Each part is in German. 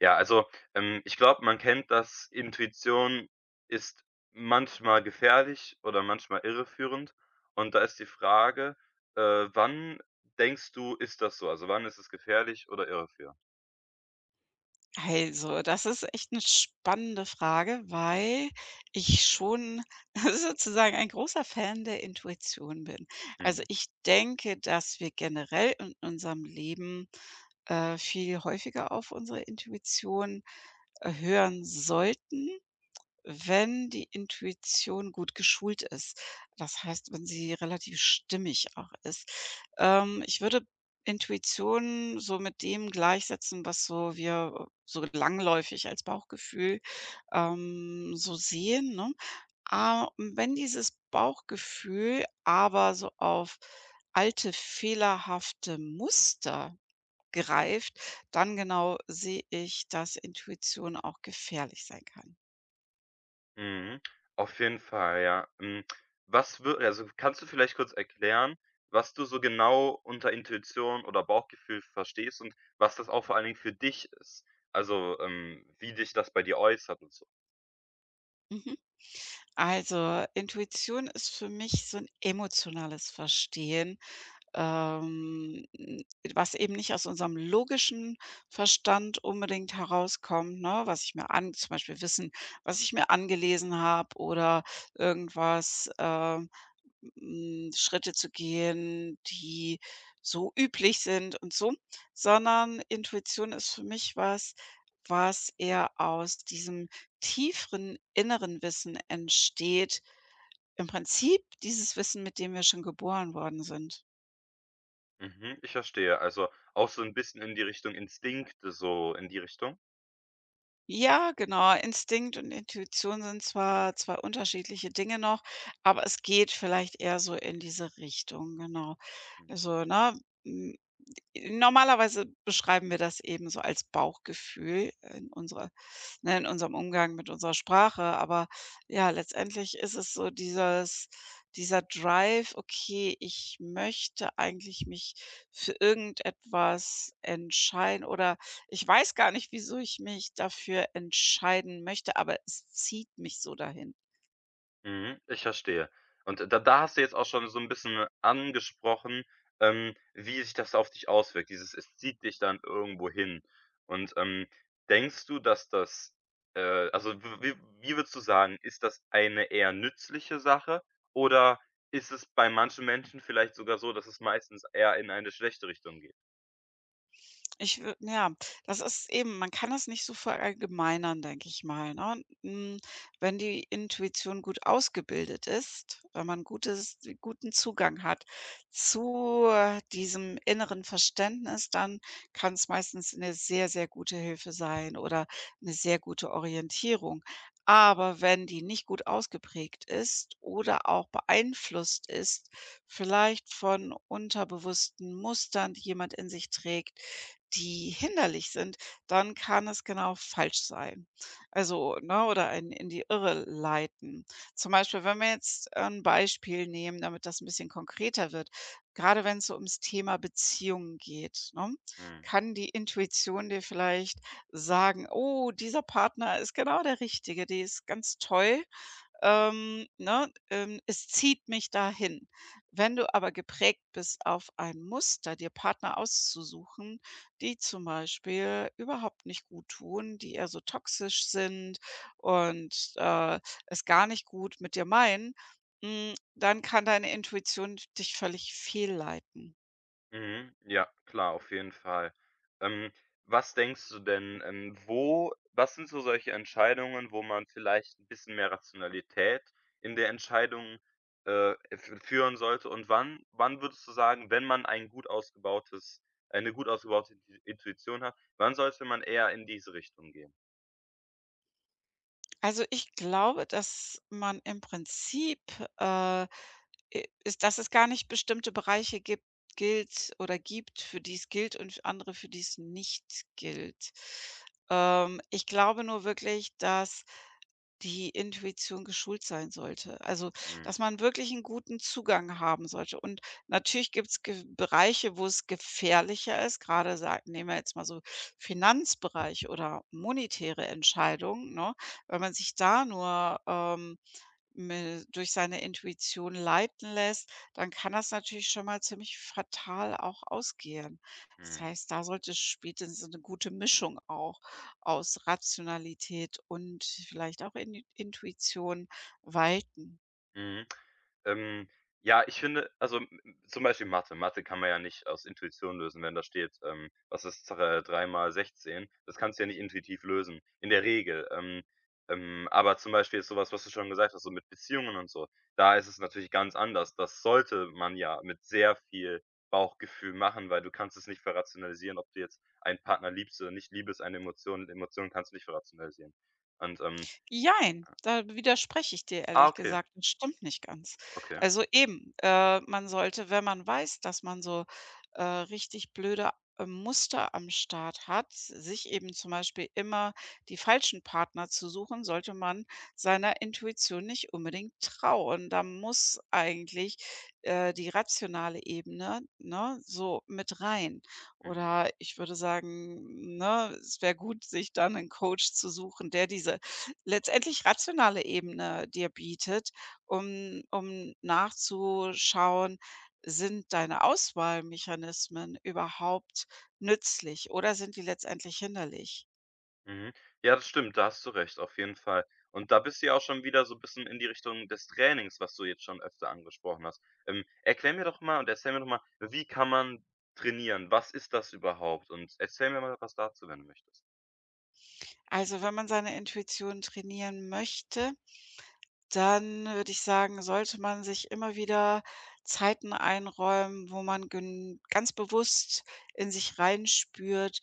Ja, also, ich glaube, man kennt das, Intuition ist manchmal gefährlich oder manchmal irreführend. Und da ist die Frage, äh, wann denkst du, ist das so? Also, wann ist es gefährlich oder irreführend? Also, das ist echt 'ne spannende Frage, weil ich schon sozusagen ein großer Fan der Intuition bin. Also, Mhm, ich denke, dass wir generell in unserem Leben, viel häufiger auf unsere Intuition, hören sollten, wenn die Intuition gut geschult ist. Das heißt, wenn sie relativ stimmig auch ist. Ich würde Intuition so mit dem gleichsetzen, was so wir so langläufig als Bauchgefühl, so sehen, ne? mhm, Wenn dieses Bauchgefühl aber so auf alte fehlerhafte Muster gereift, dann genau sehe ich, dass Intuition auch gefährlich sein kann. mhm. Auf jeden Fall, ja. Also, kannst du vielleicht kurz erklären, was du so genau unter Intuition oder Bauchgefühl verstehst und was das auch vor allen Dingen für dich ist? Also, wie dich das bei dir äußert und so? Mhm. Also, Intuition ist für mich so ein emotionales Verstehen, ähm, was eben nicht aus unserem logischen Verstand unbedingt herauskommt, ne? Was ich mir an zum Beispiel Wissen, was ich mir angelesen habe oder irgendwas, Schritte zu gehen, die so üblich sind und so, sondern Intuition ist für mich was, was eher aus diesem tieferen inneren Wissen entsteht. Im Prinzip dieses Wissen, mit dem wir schon geboren worden sind. Mhm, ich verstehe. Also, auch so ein bisschen in die Richtung Instinkte, so in die Richtung? Ja, genau. Instinkt und Intuition sind zwar zwei unterschiedliche Dinge noch, aber es geht vielleicht eher so in diese Richtung, genau. Mhm. Also, ne? m- Normalerweise beschreiben wir das eben so als Bauchgefühl in unserer, ne, in unserem Umgang mit unserer Sprache, aber ja, letztendlich ist es so dieses dieser Drive: „Okay, ich möchte eigentlich mich für irgendetwas entscheiden oder ich weiß gar nicht, wieso ich mich dafür entscheiden möchte, aber es zieht mich so dahin.“ Mhm, ich verstehe. Und da hast du jetzt auch schon so ein bisschen angesprochen, wie sich das auf dich auswirkt, dieses es zieht dich dann irgendwo hin. Und, denkst du, dass das äh, also, w wie wie würdest du sagen, ist das eine eher nützliche Sache oder ist es bei manchen Menschen vielleicht sogar so, dass es meistens eher in eine schlechte Richtung geht? Ich wü ja, das ist eben, man kann das nicht so verallgemeinern, denke ich mal, ne? Wenn die Intuition gut ausgebildet ist, wenn man gutes guten Zugang hat zu, diesem inneren Verständnis, dann kann's meistens 'ne sehr, sehr gute Hilfe sein oder 'ne sehr gute Orientierung. Aber wenn die nicht gut ausgeprägt ist oder auch beeinflusst ist, vielleicht von unterbewussten Mustern, die jemand in sich trägt, die hinderlich sind, dann kann es genau falsch sein. Also, ne, oder einen in die Irre leiten. Zum Beispiel, wenn wir jetzt ein Beispiel nehmen, damit das ein bisschen konkreter wird, grade wenn's so ums Thema Beziehungen geht, ne, Mhm. kann die Intuition dir vielleicht sagen: „Oh, dieser Partner ist genau der Richtige, die ist ganz toll.“ Ne, es zieht mich dahin. Wenn du aber geprägt bist auf ein Muster, dir Partner auszusuchen, die zum Beispiel überhaupt nicht gut tun, die eher so toxisch sind und, es gar nicht gut mit dir meinen, dann kann deine Intuition dich völlig fehlleiten. Mhm. Ja, klar, auf jeden Fall. Ähm, was denkst du denn, wo was sind so solche Entscheidungen, wo man vielleicht ein bisschen mehr Rationalität in der Entscheidung, f führen sollte? Und wann würdest du sagen, wenn man eine gut ausgebaute Intuition hat, wann sollte man eher in diese Richtung gehen? Also, ich glaube, dass man im Prinzip, äh, äh, ist dass es gar nicht bestimmte Bereiche gibt, für die es gilt und andere, für die es nicht gilt. Ich glaube nur wirklich, dass die Intuition geschult sein sollte. Also, Mhm, dass man wirklich einen guten Zugang haben sollte. Und natürlich gibt's ge Bereiche, wo es gefährlicher ist. Gerade sa nehmen wir jetzt mal so Finanzbereich oder monetäre Entscheidungen, ne? Wenn man sich da nur, me durch seine Intuition leiten lässt, dann kann das natürlich schon mal ziemlich fatal auch ausgehen. Das mhm, heißt, da sollte spätestens so 'ne gute Mischung auch aus Rationalität und vielleicht auch Ini Intuition walten. mhm. Ähm, ja, ich finde also, m m zum Beispiel Mathe. Mathe kann man ja nicht aus Intuition lösen, wenn da steht, was ist dr 3 mal 16? Das kannst du ja nicht intuitiv lösen, in der Regel. Aber zum Beispiel jetzt so was, was du schon gesagt hast, so mit Beziehungen und so, da ist es natürlich ganz anders. Das sollte man ja mit sehr viel Bauchgefühl machen, weil du kannst es nicht verrationalisieren, ob du jetzt einen Partner liebst oder nicht. Liebe eine Emotionen kannst du nicht verrationalisieren. Und, ähm Jein, da widerspreche ich dir ehrlich okay, gesagt. Das stimmt nicht ganz. okay. Also eben, man sollte, wenn man weiß, dass man so, richtig blöde, Muster am Start hat, sich eben zum Beispiel immer die falschen Partner zu suchen, sollte man seiner Intuition nicht unbedingt trauen. Da muss eigentlich, die rationale Ebene, ne, so mit rein. Mhm. Oder ich würde sagen, ne, es wäre gut, sich dann einen Coach zu suchen, der diese letztendlich rationale Ebene dir bietet, um nachzuschauen: Sind deine Auswahlmechanismen überhaupt nützlich oder sind die letztendlich hinderlich? Mhm. Ja, das stimmt, da hast du recht, auf jeden Fall. Und da bist du ja auch schon wieder so 'n bisschen in die Richtung des Trainings, was du jetzt schon öfter angesprochen hast. Erklär mir doch mal und erzähl mir doch mal, wie kann man trainieren? Was ist das überhaupt? Und erzähl mir mal was dazu, wenn du möchtest. Also, wenn man seine Intuition trainieren möchte, dann würde ich sagen, sollte man sich immer wieder Zeiten einräumen, wo man gen ganz bewusst in sich reinspürt: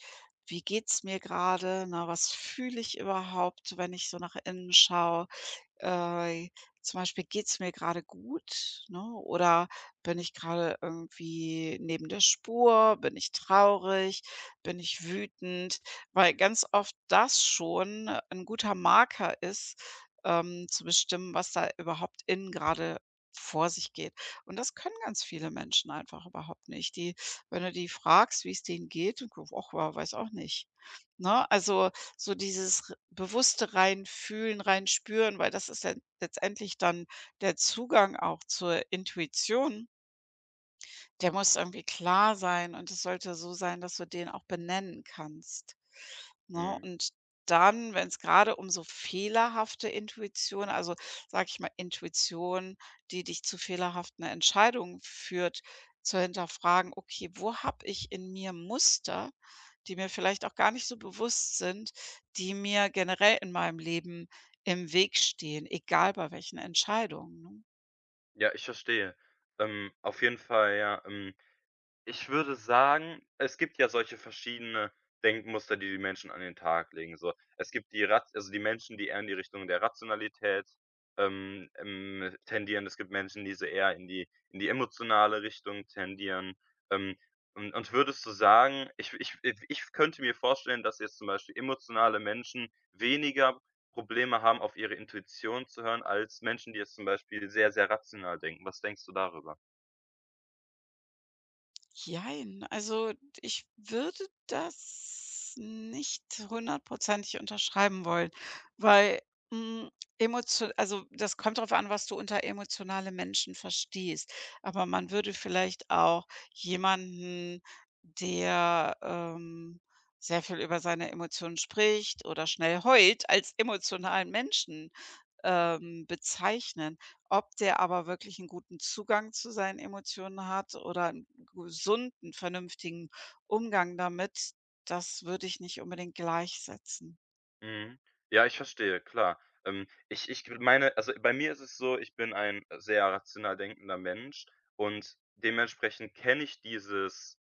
„Wie geht's mir gerade? Na, was fühle ich überhaupt, wenn ich so nach innen schaue?“ Äh, Zum Beispiel, geht's mir gerade gut, ne, oder bin ich gerade irgendwie neben der Spur? Bin ich traurig? Bin ich wütend? Weil ganz oft das schon ein guter Marker ist, zu bestimmen, was da überhaupt innen gerade vor sich geht. Und das können ganz viele Menschen einfach überhaupt nicht. Die, wenn du die fragst, wie es denen geht, und ach ja, weiß auch nicht, ne? Also so dieses r bewusste Reinfühlen, Reinspüren, weil das ist ja letztendlich dann der Zugang auch zur Intuition. Der muss irgendwie klar sein und es sollte so sein, dass du den auch benennen kannst, ne? Mhm. Und dann, wenn es gerade um so fehlerhafte Intuition, also, sage ich mal, Intuition, die dich zu fehlerhaften Entscheidungen führt, zu hinterfragen: „Okay, wo habe ich in mir Muster, die mir vielleicht auch gar nicht so bewusst sind, die mir generell in meinem Leben im Weg stehen, egal bei welchen Entscheidungen“, ne? Ja, ich verstehe. Auf jeden Fall, ja. Ich würde sagen, es gibt ja solche verschiedene Denkmuster, die die Menschen an den Tag legen, so. Es gibt die Rat also die Menschen, die eher in die Richtung der Rationalität, tendieren. Es gibt Menschen, die so eher in die emotionale Richtung tendieren. Ähm, und würdest du sagen, ich könnte mir vorstellen, dass jetzt zum Beispiel emotionale Menschen weniger Probleme haben, auf ihre Intuition zu hören, als Menschen, die jetzt zum Beispiel sehr, sehr rational denken. Was denkst du darüber? Jein, also ich würde das nicht hundertprozentig unterschreiben wollen, weil, hm, emotio also das kommt darauf an, was du unter emotionale Menschen verstehst. Aber man würde vielleicht auch jemanden, der, sehr viel über seine Emotionen spricht oder schnell heult, als emotionalen Menschen, bezeichnen. Ob der aber wirklich einen guten Zugang zu seinen Emotionen hat oder 'n gesunden, vernünftigen Umgang damit, das würde ich nicht unbedingt gleichsetzen. Mhm. Ja, ich verstehe, klar. Ich meine also, bei mir ist es so, ich bin ein sehr rational denkender Mensch und dementsprechend kenne ich dieses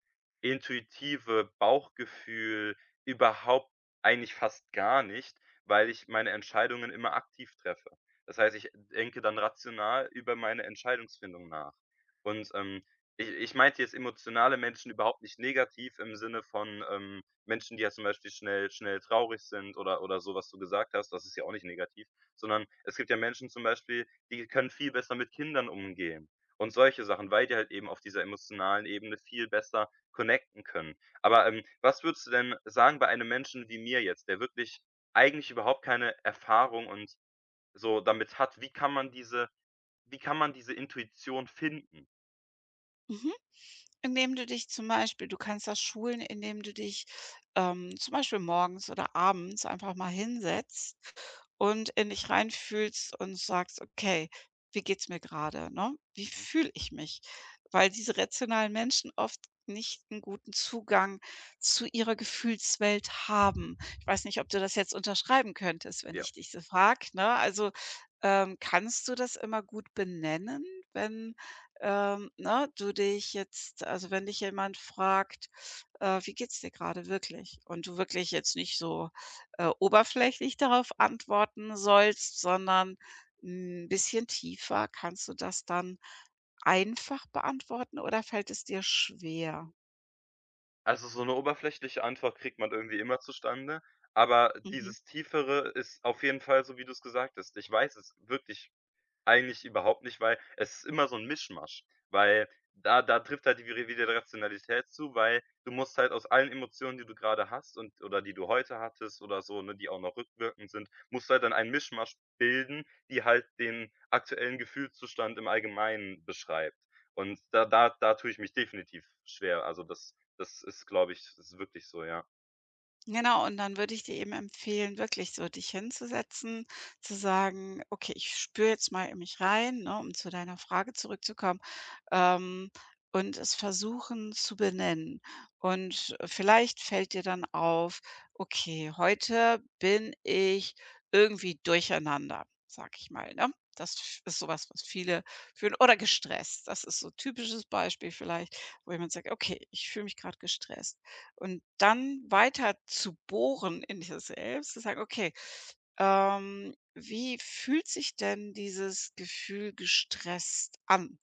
intuitive Bauchgefühl überhaupt eigentlich fast gar nicht, weil ich meine Entscheidungen immer aktiv treffe. Das heißt, ich denke dann rational über meine Entscheidungsfindung nach. Und, ich meinte jetzt emotionale Menschen überhaupt nicht negativ im Sinne von, Menschen, die ja zum Beispiel schnell schnell traurig sind oder so, was du gesagt hast, das ist ja auch nicht negativ, sondern es gibt ja Menschen zum Beispiel, die können viel besser mit Kindern umgehen und solche Sachen, weil die halt eben auf dieser emotionalen Ebene viel besser connecten können. Aber, was würdest du denn sagen bei einem Menschen wie mir jetzt, der wirklich eigentlich überhaupt keine Erfahrung und so damit hat, wie kann man diese Intuition finden? Mhm. Indem du dich zum Beispiel, du kannst das schulen, indem du dich, zum Beispiel morgens oder abends einfach mal hinsetzt und in dich reinfühlst und sagst: „Okay, wie geht's mir gerade, ne? Wie Mhm. fühle ich mich?“ Weil diese rationalen Menschen oft nicht einen guten Zugang zu ihrer Gefühlswelt haben. Ich weiß nicht, ob du das jetzt unterschreiben könntest, wenn Ja. ich dich so frage, ne? Also, kannst du das immer gut benennen, wenn, ne, du dich jetzt, also, wenn dich jemand fragt, „Wie geht's dir gerade wirklich?“ Und du wirklich jetzt nicht so, oberflächlich darauf antworten sollst, sondern ein bisschen tiefer. Kannst du das dann einfach beantworten oder fällt es dir schwer? Also, so 'ne oberflächliche Antwort kriegt man irgendwie immer zustande, aber Mhm. dieses Tiefere ist auf jeden Fall so, wie du's gesagt hast. Ich weiß es wirklich eigentlich überhaupt nicht, weil es ist immer so 'n Mischmasch, weil da trifft halt die wieder die Rationalität zu, weil du musst halt aus allen Emotionen, die du grade hast und oder die du heute hattest oder so, ne, die auch noch rückwirkend sind, musst du halt dann einen Mischmasch bilden, die halt den aktuellen Gefühlszustand im Allgemeinen beschreibt. Und da tue ich mich definitiv schwer. Also, das ist, glaube ich, ist wirklich so, ja. Genau, und dann würde ich dir eben empfehlen, wirklich so dich hinzusetzen, zu sagen: „Okay, ich spüre jetzt mal in mich rein“, ne, um zu deiner Frage zurückzukommen, ähm, und es versuchen zu benennen. Und vielleicht fällt dir dann auf: „Okay, heute bin ich irgendwie durcheinander“, sage ich mal, ne? Das f ist sowas, was viele fühlen, oder gestresst. Das ist so ein typisches Beispiel vielleicht, wo jemand sagt: „Okay, ich fühle mich gerade gestresst.“ Und dann weiter zu bohren in dir selbst, zu sagen: „Okay, wie fühlt sich denn dieses Gefühl gestresst an?“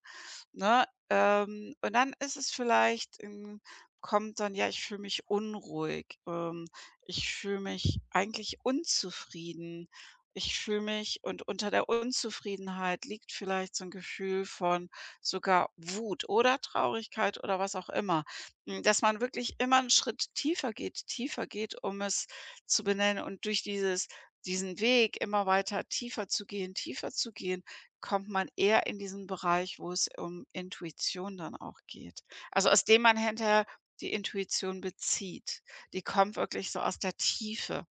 Ne? Und dann ist es vielleicht, kommt dann: „Ja, ich fühle mich unruhig. Ich fühle mich eigentlich unzufrieden. Ich fühle mich“ und unter der Unzufriedenheit liegt vielleicht so ein Gefühl von sogar Wut oder Traurigkeit oder was auch immer. Dass man wirklich immer einen Schritt tiefer geht, um es zu benennen, und durch dieses, diesen Weg immer weiter tiefer zu gehen, kommt man eher in diesen Bereich, wo es um Intuition dann auch geht. Also, aus dem man hinterher die Intuition bezieht. Die kommt wirklich so aus der Tiefe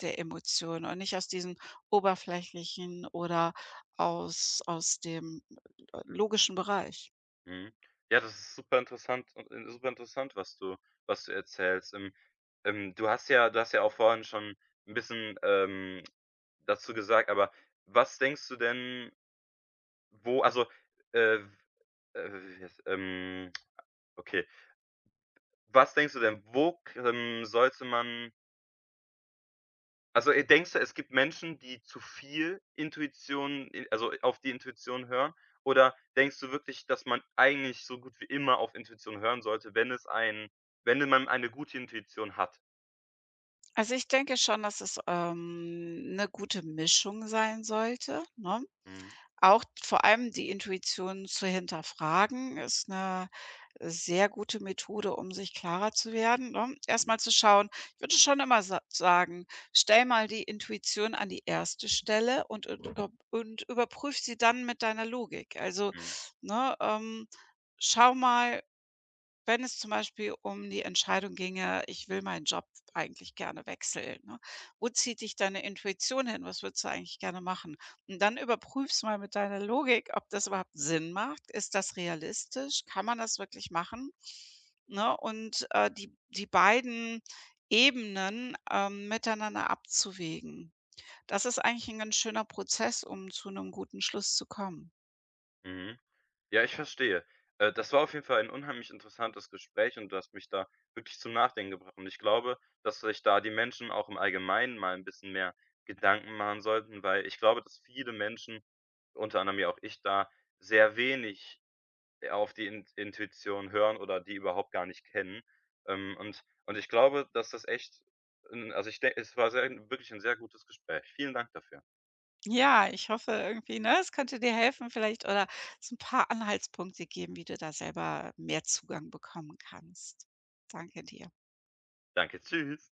der Emotionen und nicht aus diesem Oberflächlichen oder aus dem, logischen Bereich. Mhm. Ja, das ist super interessant und super interessant, was du erzählst. Du hast ja auch vorhin schon ein bisschen, dazu gesagt, aber was denkst du denn, wo also, äh, jetzt, okay. Was denkst du denn, wo sollte man. Denkst du, es gibt Menschen, die zu viel Intuition auf die Intuition hören? Oder denkst du wirklich, dass man eigentlich so gut wie immer auf Intuition hören sollte, wenn man eine gute Intuition hat? Also, ich denke schon, dass es, 'ne gute Mischung sein sollte, ne? Mhm, Auch vor allem die Intuition zu hinterfragen ist eine sehr gute Methode, um sich klarer zu werden, ne? mhm, Erstmal zu schauen, ich würde schon immer sa sagen, stell mal die Intuition an die erste Stelle und überprüf sie dann mit deiner Logik. Also, mhm, ne, schau mal, wenn es zum Beispiel um die Entscheidung ginge: „Ich will meinen Job eigentlich gerne wechseln“, ne? Wo zieht dich deine Intuition hin? Was würdest du eigentlich gerne machen? Und dann überprüfst mal mit deiner Logik, ob das überhaupt Sinn macht. Ist das realistisch? Kann man das wirklich machen? Ne? Und, die beiden Ebenen, miteinander abzuwägen. Das ist eigentlich ein ganz schöner Prozess, um zu einem guten Schluss zu kommen. mhm. Ja, ich verstehe. Das war auf jeden Fall ein unheimlich interessantes Gespräch und du hast mich da wirklich zum Nachdenken gebracht. Und ich glaube, dass sich da die Menschen auch im Allgemeinen mal ein bisschen mehr Gedanken machen sollten, weil ich glaube, dass viele Menschen, unter anderem ja auch ich, da sehr wenig auf die Intuition hören oder die überhaupt gar nicht kennen. Und ich glaube, dass das echt 'n also, ich denke, es war sehr wirklich ein sehr gutes Gespräch. Vielen Dank dafür. Ja, ich hoffe irgendwie, ne, es könnte dir helfen vielleicht oder so 'n paar Anhaltspunkte geben, wie du da selber mehr Zugang bekommen kannst. Danke dir. Danke, tschüss.